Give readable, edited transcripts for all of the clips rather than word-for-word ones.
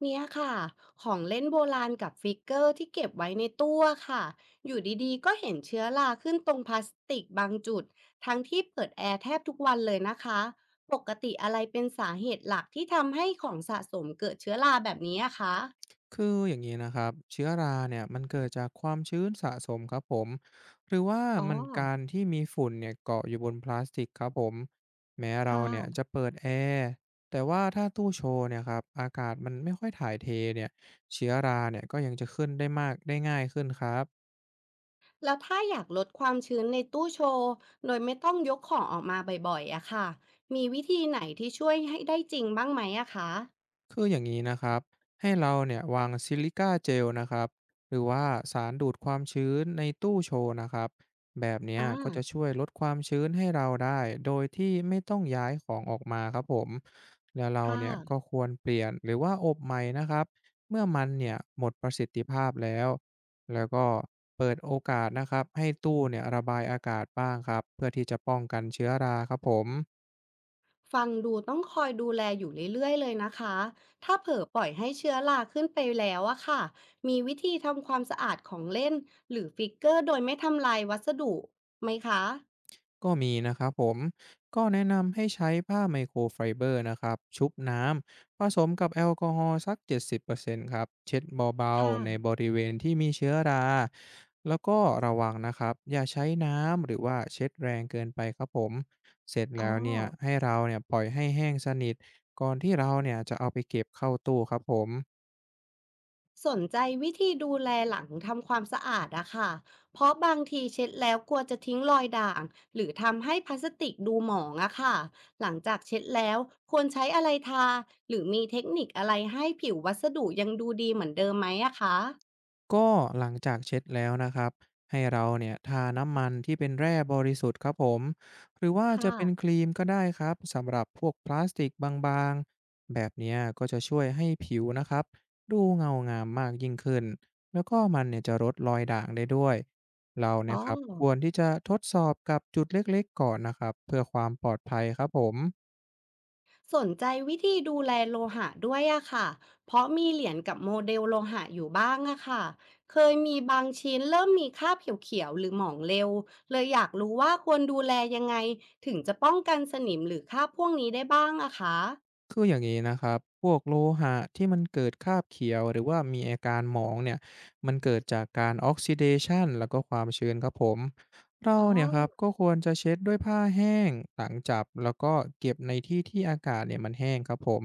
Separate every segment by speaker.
Speaker 1: เนี่ยค่ะของเล่นโบราณกับฟิกเกอร์ที่เก็บไว้ในตู้อะค่ะอยู่ดีๆก็เห็นเชื้อราขึ้นตรงพลาสติกบางจุดทั้งที่เปิดแอร์แทบทุกวันเลยนะคะปกติอะไรเป็นสาเหตุหลักที่ทำให้ของสะสมเกิดเชื้อราแบบนี้อะคะ
Speaker 2: คืออย่างนี้นะครับเชื้อราเนี่ยมันเกิดจากความชื้นสะสมครับผมหรือว่า
Speaker 1: อ๋อ
Speaker 2: มันการที่มีฝุ่นเนี่ยเกาะอยู่บนพลาสติกครับผมแม้เรา
Speaker 1: ค่ะ
Speaker 2: เนี่ยจะเปิดแอร์แต่ว่าถ้าตู้โชว์เนี่ยครับอากาศมันไม่ค่อยถ่ายเทเนี่ยเชื้อราเนี่ยก็ยังจะขึ้นได้มากได้ง่ายขึ้นครับ
Speaker 1: แล้วถ้าอยากลดความชื้นในตู้โชว์โดยไม่ต้องยกของออกมาบ่อยๆอะค่ะมีวิธีไหนที่ช่วยให้ได้จริงบ้างไหมอะคะ
Speaker 2: คืออย่างนี้นะครับ ให้เราเนี่ยวางซิลิก้าเจลนะครับ หรือว่าสารดูดความชื้นในตู้โชว์นะครับแบบเนี้
Speaker 1: อ่
Speaker 2: ยก็จะ
Speaker 1: า
Speaker 2: ช่วยลดความชื้นให้เราได้ โดยที่ไม่ต้องย้ายของออกมาครับผมแล้วเรา
Speaker 1: ค่ะ
Speaker 2: เนี่ยก็ควรเปลี่ยนหรือว่าอบใหม่นะครับเมื่อมันเนี่ยหมดประสิทธิภาพแล้วแล้วก็เปิดโอกาสนะครับให้ตู้เนี่ยระบายอากาศบ้างครับเพื่อที่จะป้องกันเชื้อราครับผม
Speaker 1: ฟังดูต้องคอยดูแลอยู่เรื่อยๆเลยนะคะถ้าเผลอปล่อยให้เชื้อราขึ้นไปแล้วอะค่ะมีวิธีทำความสะอาดของเล่นหรือฟิกเกอร์โดยไม่ทำลายวัสดุไหมคะ
Speaker 2: ก็มีนะครับผมก็แนะนำให้ใช้ผ้าไมโครไฟเบอร์นะครับชุบน้ำผสมกับแอลกอฮอล์สัก70%ครับเช็ดเบา
Speaker 1: ค่ะ
Speaker 2: ๆในบริเวณที่มีเชื้อราแล้วก็ระวังนะครับอย่าใช้น้ำหรือว่าเช็ดแรงเกินไปครับผมเสร็จ
Speaker 1: อ๋อ
Speaker 2: แล้วเนี่ยให้เราเนี่ยปล่อยให้แห้งสนิทก่อนที่เราเนี่ยจะเอาไปเก็บเข้าตู้ครับผม
Speaker 1: สนใจวิธีดูแลหลังทำความสะอาดอะค่ะเพราะบางทีเช็ดแล้วกลัวจะทิ้งรอยด่างหรือทำให้พลาสติกดูหมองอะค่ะหลังจากเช็ดแล้วควรใช้อะไรทาหรือมีเทคนิคอะไรให้ผิววัสดุยังดูดีเหมือนเดิมไหมอะคะ
Speaker 2: ก็หลังจากเช็ดแล้วนะครับให้เราเนี่ยทาน้ำมันที่เป็นแร่บริสุทธิ์ครับผมหรือว่าจะ
Speaker 1: ค่ะ
Speaker 2: เป็นครีมก็ได้ครับสำหรับพวกพลาสติกบางๆแบบเนี้ยก็จะช่วยให้ผิวนะครับดูเงางามมากยิ่งขึ้นแล้วก็มันเนี่ยจะลดรอยด่างได้ด้วยเรา
Speaker 1: อ๋
Speaker 2: เนี่
Speaker 1: อ
Speaker 2: ยครับควรที่จะทดสอบกับจุดเล็กๆก่อนนะครับเพื่อความปลอดภัยครับผม
Speaker 1: สนใจวิธีดูแลโลหะด้วยอะค่ะ เพราะมีเหรียญกับโมเดลโลหะอยู่บ้างอะค่ะ เคยมีบางชิ้นเริ่มมีคราบเขียวๆหรือหมองเร็ว เลยอยากรู้ว่าควรดูแลยังไงถึงจะป้องกันสนิมหรือคราบพวกนี้ได้บ้างอะคะ
Speaker 2: คืออย่างนี้นะครับ พวกโลหะที่มันเกิดคราบเขียวหรือว่ามีอาการหมองเนี่ยมันเกิดจากการออกซิเดชันแล้วก็ความชื้นครับผม เรา
Speaker 1: อ๋อ
Speaker 2: เนี่ยครับก็ควรจะเช็ดด้วยผ้าแห้งหลังจับแล้วก็เก็บในที่ที่อากาศเนี่ยมันแห้งครับผม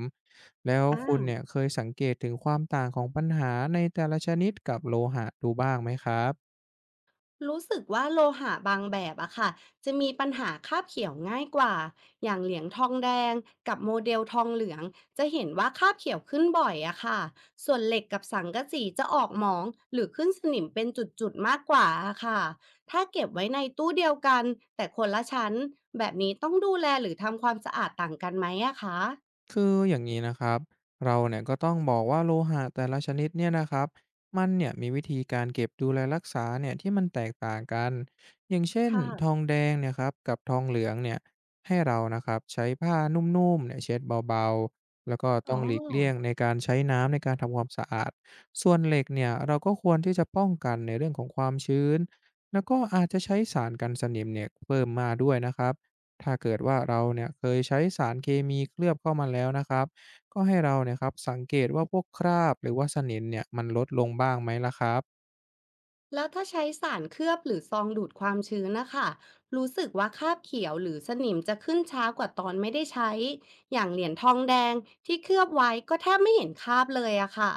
Speaker 2: แล้ว
Speaker 1: อ่
Speaker 2: คุณเนี่ย
Speaker 1: า
Speaker 2: เคยสังเกตถึงความต่างของปัญหาในแต่ละชนิดกับโลหะดูบ้างไหมครับ
Speaker 1: รู้สึกว่าโลหะบางแบบอะค่ะจะมีปัญหาคราบเขียวง่ายกว่าอย่างเหรียญทองแดงกับโมเดลทองเหลืองจะเห็นว่าคราบเขียวขึ้นบ่อยอะค่ะส่วนเหล็กกับสังกะสีจะออกหมองหรือขึ้นสนิมเป็นจุดๆมากกว่าอะค่ะถ้าเก็บไว้ในตู้เดียวกันแต่คนละชั้นแบบนี้ต้องดูแลหรือทำความสะอาดต่างกันไหมอะคะ
Speaker 2: คืออย่างนี้นะครับเราเนี่ยก็ต้องบอกว่าโลหะแต่ละชนิดเนี่ยนะครับมันเนี่ยมีวิธีการเก็บดูแลรักษาเนี่ยที่มันแตกต่างกันอย่างเช่น
Speaker 1: ค่ะ
Speaker 2: ทองแดงเนี่ยครับกับทองเหลืองเนี่ยให้เรานะครับใช้ผ้านุ่มๆเนี่ยเช็ดเบาๆแล้วก็
Speaker 1: อ๋
Speaker 2: ต้
Speaker 1: อ
Speaker 2: องหลีกเลี่ยงในการใช้น้ำในการทำความสะอาดส่วนเหล็กเนี่ยเราก็ควรที่จะป้องกันในเรื่องของความชื้นแล้วก็อาจจะใช้สารกันสนิมเนี่ยเพิ่มมาด้วยนะครับ ถ้าเกิดว่าเราเนี่ยเคยใช้สารเคมีเคลือบเข้ามาแล้วนะครับ ก็ให้เราเนี่ยครับสังเกตว่าพวกคราบหรือว่าสนิมเนี่ยมันลดลงบ้างไหมล่ะครับ
Speaker 1: แล้วถ้าใช้สารเคลือบหรือซองดูดความชื้นนะคะรู้สึกว่าคราบเขียวหรือสนิมจะขึ้นช้ากว่าตอนไม่ได้ใช้อย่างเหรียญทองแดงที่เคลือบไว้ก็แทบไม่เห็นคราบเลยอะค่ะ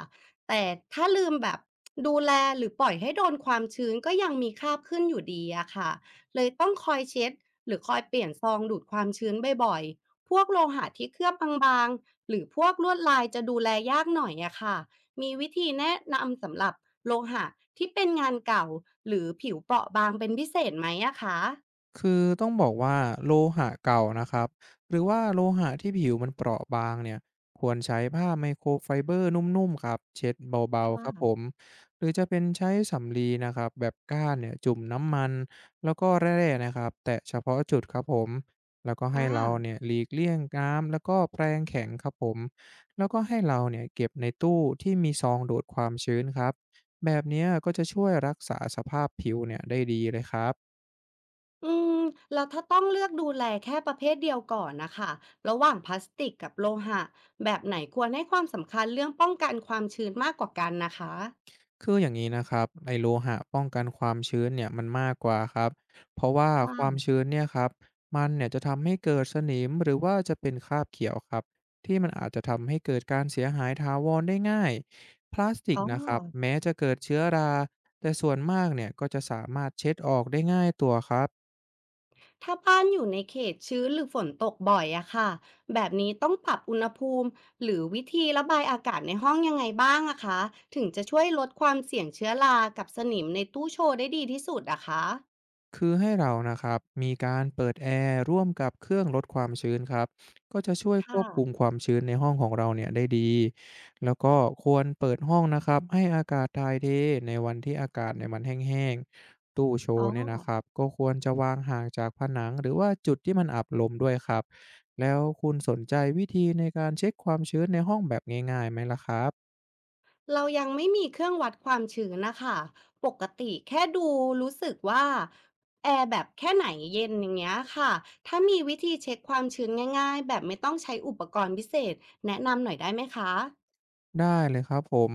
Speaker 1: แต่ถ้าลืมแบบดูแลหรือปล่อยให้โดนความชื้นก็ยังมีคราบขึ้นอยู่ดีอะค่ะเลยต้องคอยเช็ดหรือคอยเปลี่ยนซองดูดความชื้นบ่อยๆพวกโลหะที่เคลือบบางๆหรือพวกลวดลายจะดูแลยากหน่อยอะค่ะมีวิธีแนะนำสำหรับ โลหะที่เป็นงานเก่าหรือผิวเปราะบางเป็นพิเศษไหมอะคะ
Speaker 2: คือต้องบอกว่าโลหะเก่านะครับหรือว่าโลหะที่ผิวมันเปราะบางเนี่ยควรใช้ผ้าไมโครไฟเบอร์นุ่มๆครับเช็ดเบา
Speaker 1: ค่
Speaker 2: ๆครับผม
Speaker 1: ะ
Speaker 2: หรือจะเป็นใช้สำลีนะครับแบบก้านเนี่ยจุ่มน้ำมันแล้วก็แร่ๆนะครับแตะเฉพาะจุดครับผมแล้วก็ให้
Speaker 1: อา
Speaker 2: เราเนี่ยหลีกเลี่ยงน้ำแล้วก็แปรงแข็งครับผมแล้วก็ให้เราเนี่ยเก็บในตู้ที่มีซองดูดความชื้นครับแบบเนี้ยก็จะช่วยรักษาสภาพผิวเนี่ยได้ดีเลยครับ
Speaker 1: อืมแล้วถ้าต้องเลือกดูแลแค่ประเภทเดียวก่อนน่ะค่ะระหว่างพลาสติกกับโลหะแบบไหนควรให้ความสำคัญเรื่องป้องกันความชื้นมากกว่ากันนะคะ
Speaker 2: คืออย่างนี้นะครับไอโลหะป้องกันความชื้นเนี่ยมันมากกว่าครับเพราะว่าความ
Speaker 1: ค่ะ
Speaker 2: ชื้นเนี่ยครับมันเนี่ยจะทำให้เกิดสนิมหรือว่าจะเป็นคราบเขียวครับที่มันอาจจะทำให้เกิดการเสียหายถาวรได้ง่ายพลาสติก
Speaker 1: อ๋อ
Speaker 2: นะครับแม้จะเกิดเชื้อราแต่ส่วนมากเนี่ยก็จะสามารถเช็ดออกได้ง่ายตัวครับ
Speaker 1: ถ้าบ้านอยู่ในเขตชื้นหรือฝนตกบ่อยอะค่ะแบบนี้ต้องปรับอุณหภูมิหรือวิธีระบายอากาศในห้องยังไงบ้างอะคะถึงจะช่วยลดความเสี่ยงเชื้อรากับสนิมในตู้โชว์ได้ดีที่สุดอะคะ
Speaker 2: คือให้เรานะครับมีการเปิดแอร์ร่วมกับเครื่องลดความชื้นครับก็จะช่วยค
Speaker 1: ค่ะ
Speaker 2: วบคุมความชื้นในห้องของเราเนี่ยได้ดีแล้วก็ควรเปิดห้องนะครับให้อากาศถ่ายเทในวันที่อากาศในยมันแห้งๆตู้โช
Speaker 1: อ๋อ
Speaker 2: ว์เนี่ยนะครับก็ควรจะวางห่างจากผนังหรือว่าจุดที่มันอับลมด้วยครับแล้วคุณสนใจวิธีในการเช็คความชื้นในห้องแบบง่ายๆไหมล่ะครับ
Speaker 1: เรายังไม่มีเครื่องวัดความชื้นนะคะปกติแค่ดูรู้สึกว่าแอร์แบบแค่ไหนเย็นอย่างเงี้ยค่ะถ้ามีวิธีเช็คความชื้นง่ายๆแบบไม่ต้องใช้อุปกรณ์พิเศษแนะนำหน่อยได้ไหมคะ
Speaker 2: ได้เลยครับผม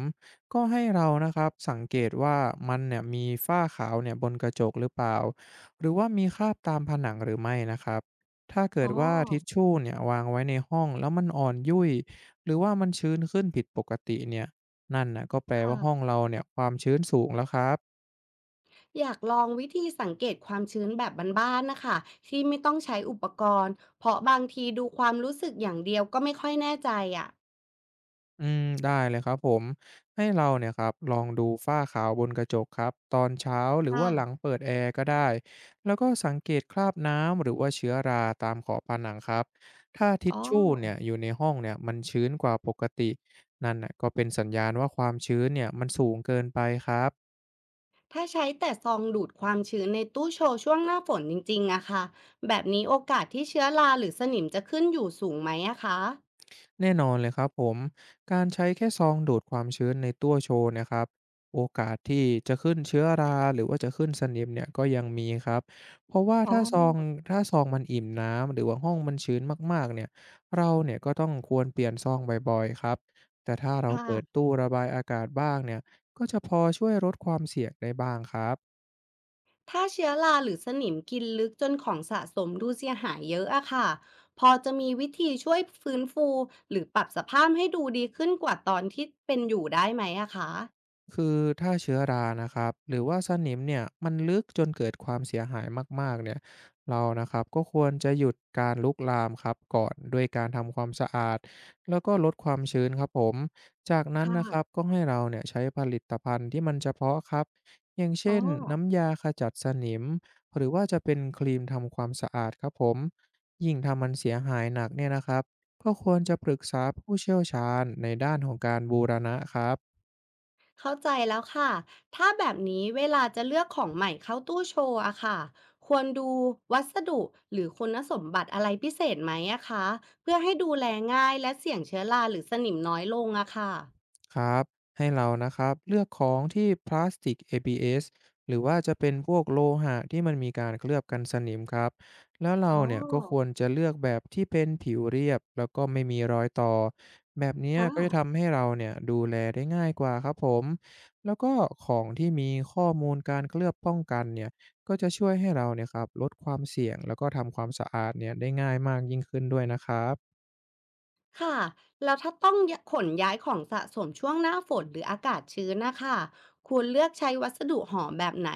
Speaker 2: ก็ให้เรานะครับสังเกตว่ามันเนี่ยมีฝ้าขาวเนี่ยบนกระจกหรือเปล่าหรือว่ามีคราบตามผนังหรือไม่นะครับถ้าเกิ
Speaker 1: อ๋อ
Speaker 2: ดว่าทิชชู่เนี่ยวางไว้ในห้องแล้วมันอ่อนยุ่ยหรือว่ามันชื้นขึ้นผิดปกติเนี่ยนั่นนะก็แปลว่าห้อง
Speaker 1: ค่ะ
Speaker 2: เราเนี่ยความชื้นสูงแล้วครับ
Speaker 1: อยากลองวิธีสังเกตความชื้นแบบบ้านๆนะคะที่ไม่ต้องใช้อุปกรณ์เพราะบางทีดูความรู้สึกอย่างเดียวก็ไม่ค่อยแน่ใจอ่ะ
Speaker 2: อืมได้เลยครับผมให้เราเนี่ยครับลองดูฝ้าขาวบนกระจกครับตอนเช้าหรือว่าหลัง
Speaker 1: ค่ะ
Speaker 2: เปิดแอร์ก็ได้แล้วก็สังเกตคราบน้ำหรือว่าเชื้อราตามขอบผนังครับถ้าทิ
Speaker 1: อ๋
Speaker 2: ช
Speaker 1: อ
Speaker 2: ชู่เนี่ยอยู่ในห้องเนี่ยมันชื้นกว่าปกตินั่นน่ะก็เป็นสัญญาณว่าความชื้นเนี่ยมันสูงเกินไปครับ
Speaker 1: ถ้าใช้แต่ซองดูดความชื้นในตู้โชว์ช่วงหน้าฝนจริงๆอะค่ะแบบนี้โอกาสที่เชื้อราหรือสนิมจะขึ้นอยู่สูงไหมอะคะ
Speaker 2: แน่นอนเลยครับผมการใช้แค่ซองดูดความชื้นในตู้โชว์เนะครับโอกาสที่จะขึ้นเชื้อราหรือว่าจะขึ้นสนิมเนี่ยก็ยังมีครับเพราะว่า
Speaker 1: อ๋อ
Speaker 2: ถ้าซองมันอิ่มน้ำหรือว่าห้องมันชื้นมากๆเนี่ยเราเนี่ยก็ต้องควรเปลี่ยนซองบ่อยๆครับแต่ถ้า
Speaker 1: ค
Speaker 2: เราเปิด
Speaker 1: ่ะ
Speaker 2: ตู้ระบายอากาศบ้างเนี่ยก็จะพอช่วยลดความเสี่ยงได้บ้างครับ
Speaker 1: ถ้าเชื้อราหรือสนิมกินลึกจนของสะสมดูเสียหายเยอะอะค่ะพอจะมีวิธีช่วยฟื้นฟูหรือปรับสภาพให้ดูดีขึ้นกว่าตอนที่เป็นอยู่ได้ไหมอะคะ
Speaker 2: คือถ้าเชื้อรานะครับหรือว่าสนิมเนี่ยมันลึกจนเกิดความเสียหายมากๆเนี่ยเรานะครับก็ควรจะหยุดการลุกลามครับก่อนด้วยการทำความสะอาดแล้วก็ลดความชื้นครับผมจากนั้นนะครับ
Speaker 1: ค่ะ
Speaker 2: ก็ให้เราเนี่ยใช้ผลิตภัณฑ์ที่มันเฉพาะครับอย่าง
Speaker 1: อ๋อ
Speaker 2: เช่นน้ำยาขจัดสนิมหรือว่าจะเป็นครีมทำความสะอาดครับผมยิ่งทำมันเสียหายหนักเนี่ยนะครับก็ควรจะปรึกษาผู้เชี่ยวชาญในด้านของการบูรณะครับ
Speaker 1: เข้าใจแล้วค่ะถ้าแบบนี้เวลาจะเลือกของใหม่เข้าตู้โชว์อะค่ะควรดูวัสดุหรือคุณสมบัติอะไรพิเศษไหมอะคะเพื่อให้ดูแลง่ายและเสี่ยงเชื้อราหรือสนิมน้อยลงอะค่ะ
Speaker 2: ครับให้เรานะครับเลือกของที่พลาสติก ABS หรือว่าจะเป็นพวกโลหะที่มันมีการเคลือบกันสนิมครับแล้วเรา
Speaker 1: อ๋อ
Speaker 2: เนี่ยก็ควรจะเลือกแบบที่เป็นผิวเรียบแล้วก็ไม่มีรอยต่อแบบเนี้ย
Speaker 1: ค่ะ
Speaker 2: ก็จะทำให้เราเนี่ยดูแลได้ง่ายกว่าครับผมแล้วก็ของที่มีข้อมูลการเคลือบป้องกันเนี่ยก็จะช่วยให้เราเนี่ยครับลดความเสี่ยงแล้วก็ทำความสะอาดเนี่ยได้ง่ายมากยิ่งขึ้นด้วยนะครับ
Speaker 1: ค่ะ แล้วถ้าต้องยะขนย้ายของสะสมช่วงหน้าฝนหรืออากาศชื้นนะคะ ควรเลือกใช้วัสดุห่อแบบไหน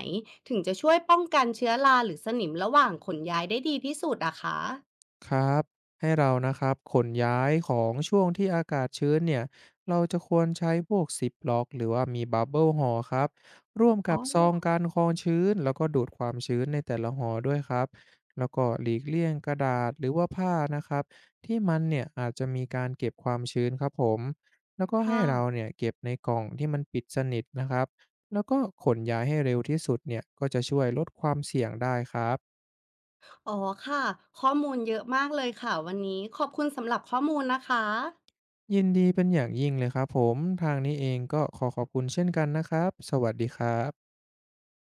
Speaker 1: ถึงจะช่วยป้องกันเชื้อราหรือสนิมระหว่างขนย้ายได้ดีที่สุดอะคะ
Speaker 2: ครับให้เรานะครับขนย้ายของช่วงที่อากาศชื้นเนี่ยเราจะควรใช้พวกซิปล็อกหรือว่ามีบับเบิลห่อครับร่วม
Speaker 1: อ๋
Speaker 2: กั
Speaker 1: อ
Speaker 2: บซองการคองชื้นแล้วก็ดูดความชื้นในแต่ละห่อด้วยครับแล้วก็หลีกเลี่ยงกระดาษหรือว่าผ้านะครับที่มันเนี่ยอาจจะมีการเก็บความชื้นครับผมแล้วก็ให้
Speaker 1: ค่ะ
Speaker 2: เราเนี่ยเก็บในกล่องที่มันปิดสนิทนะครับแล้วก็ขนย้ายให้เร็วที่สุดเนี่ยก็จะช่วยลดความเสี่ยงได้ครับ
Speaker 1: อ๋อค่ะ ข้อมูลเยอะมากเลยค่ะวันนี้ขอบคุณสำหรับข้อมูลนะคะ
Speaker 2: ยินดีเป็นอย่างยิ่งเลยครับผมทางนี้เองก็ขอขอบคุณเช่นกันนะครับสวัสดีครับ